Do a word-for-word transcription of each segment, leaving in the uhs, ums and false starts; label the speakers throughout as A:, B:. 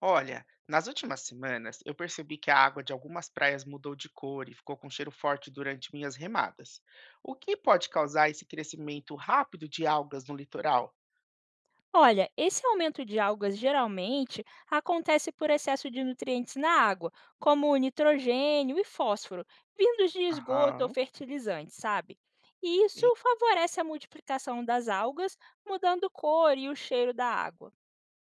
A: Olha, nas últimas semanas eu percebi que a água de algumas praias mudou de cor e ficou com cheiro forte durante minhas remadas. O que pode causar esse crescimento rápido de algas no litoral?
B: Olha, esse aumento de algas geralmente acontece por excesso de nutrientes na água, como o nitrogênio e fósforo, vindos de esgoto ou
A: Aham.
B: fertilizantes, sabe? E isso
A: e-
B: favorece a multiplicação das algas, mudando cor e o cheiro da água.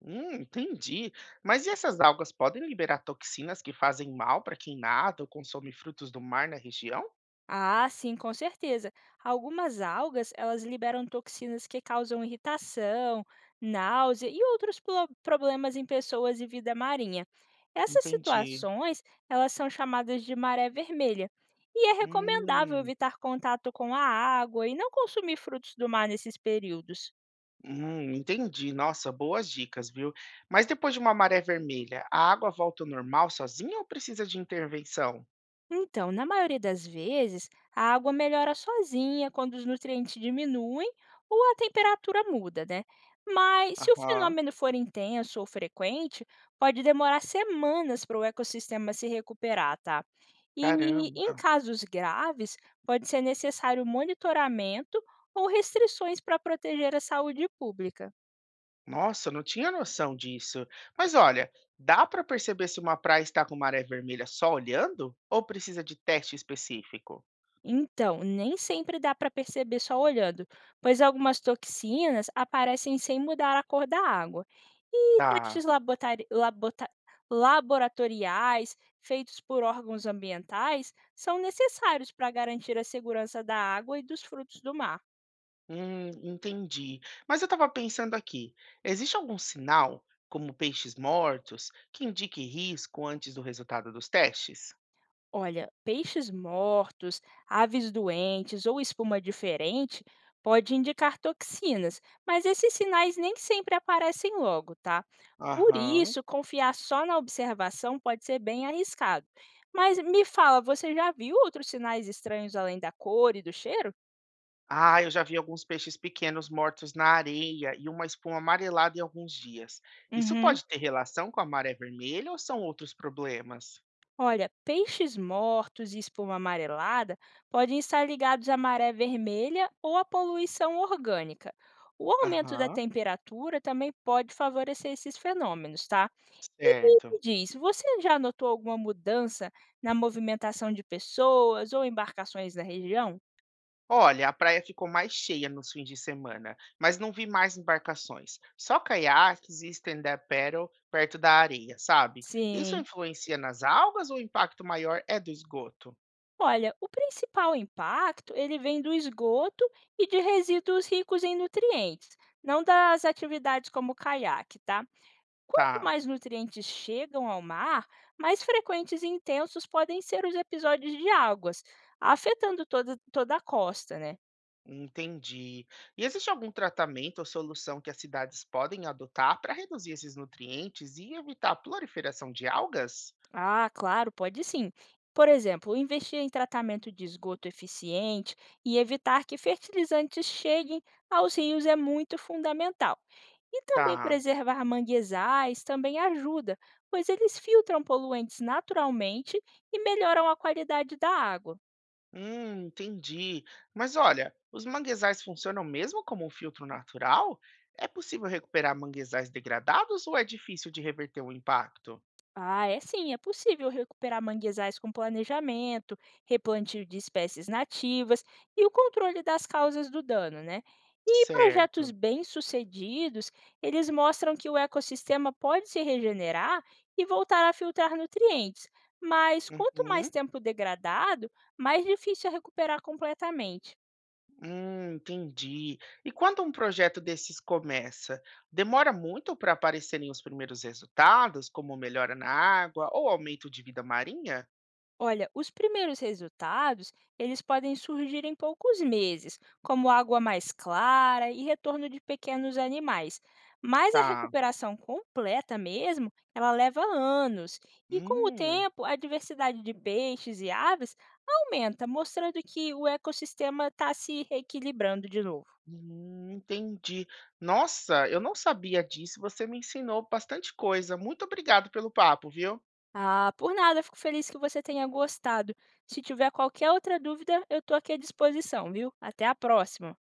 A: Hum, entendi. Mas e essas algas podem liberar toxinas que fazem mal para quem nada ou consome frutos do mar na região?
B: Ah, sim, com certeza. Algumas algas, elas liberam toxinas que causam irritação, náusea e outros plo- problemas em pessoas e vida marinha. Essas
A: Entendi.
B: situações, elas são chamadas de maré vermelha, e é recomendável
A: Hum,
B: evitar contato com a água e não consumir frutos do mar nesses períodos.
A: hum, entendi. Nossa, boas dicas, viu? Mas depois de uma maré vermelha, a água volta ao normal sozinha ou precisa de intervenção?
B: Então, na maioria das vezes, a água melhora sozinha quando os nutrientes diminuem ou a temperatura muda, né? Mas se o
A: Aham.
B: fenômeno for intenso ou frequente, pode demorar semanas para o ecossistema se recuperar, tá? E em
A: Caramba.
B: casos graves, pode ser necessário monitoramento ou restrições para proteger a saúde pública.
A: Nossa, eu não tinha noção disso. Mas olha, dá para perceber se uma praia está com maré vermelha só olhando? Ou precisa de teste específico?
B: Então, nem sempre dá para perceber só olhando, pois algumas toxinas aparecem sem mudar a cor da água. E
A: Tá.
B: testes labotari- labota- laboratoriais feitos por órgãos ambientais são necessários para garantir a segurança da água e dos frutos do mar.
A: Hum, entendi. Mas eu estava pensando aqui, existe algum sinal, como peixes mortos, que indique risco antes do resultado dos testes?
B: Olha, peixes mortos, aves doentes ou espuma diferente pode indicar toxinas, mas esses sinais nem sempre aparecem logo, tá? Por
A: Aham.
B: isso, confiar só na observação pode ser bem arriscado. Mas me fala, você já viu outros sinais estranhos além da cor e do cheiro?
A: Ah, eu já vi alguns peixes pequenos mortos na areia e uma espuma amarelada em alguns dias. Isso
B: Uhum.
A: pode ter relação com a maré vermelha ou são outros problemas?
B: Olha, peixes mortos e espuma amarelada podem estar ligados à maré vermelha ou à poluição orgânica. O aumento da
A: Aham,
B: temperatura também pode favorecer esses fenômenos, tá? E
A: certo.
B: me diz, você já notou alguma mudança na movimentação de pessoas ou embarcações na região?
A: Olha, a praia ficou mais cheia nos fins de semana, mas não vi mais embarcações. Só caiaques e stand-up paddle perto da areia, sabe? Isso
B: Sim.
A: influencia nas algas ou o impacto maior é do esgoto?
B: Olha, o principal impacto ele vem do esgoto e de resíduos ricos em nutrientes, não das atividades como o caiaque, tá? Quanto
A: Tá.
B: mais nutrientes chegam ao mar, mais frequentes e intensos podem ser os episódios de águas, afetando toda, toda a costa, né?
A: Entendi. E existe algum tratamento ou solução que as cidades podem adotar para reduzir esses nutrientes e evitar a proliferação de algas?
B: Ah, claro, pode sim. Por exemplo, investir em tratamento de esgoto eficiente e evitar que fertilizantes cheguem aos rios é muito fundamental. E também
A: Tá.
B: preservar manguezais também ajuda, pois eles filtram poluentes naturalmente e melhoram a qualidade da água.
A: Hum, entendi. Mas olha, os manguezais funcionam mesmo como um filtro natural? É possível recuperar manguezais degradados ou é difícil de reverter o impacto?
B: Ah, é sim, é possível recuperar manguezais com planejamento, replantio de espécies nativas e o controle das causas do dano, né? E projetos
A: Certo.
B: bem-sucedidos, eles mostram que o ecossistema pode se regenerar e voltar a filtrar nutrientes, mas quanto mais
A: Uhum.
B: tempo degradado, mais difícil é recuperar completamente.
A: Hum, entendi. E quando um projeto desses começa, demora muito para aparecerem os primeiros resultados, como melhora na água ou aumento de vida marinha?
B: Olha, os primeiros resultados, eles podem surgir em poucos meses, como água mais clara e retorno de pequenos animais. Mas a
A: Tá.
B: recuperação completa mesmo, ela leva anos. E com o
A: Hum,
B: tempo, a diversidade de peixes e aves aumenta, mostrando que o ecossistema está se reequilibrando de novo.
A: hum, entendi. Nossa, eu não sabia disso. Você me ensinou bastante coisa. Muito obrigado pelo papo, viu?
B: Ah, por nada, fico feliz que você tenha gostado. Se tiver qualquer outra dúvida, eu estou aqui à disposição, viu? Até a próxima!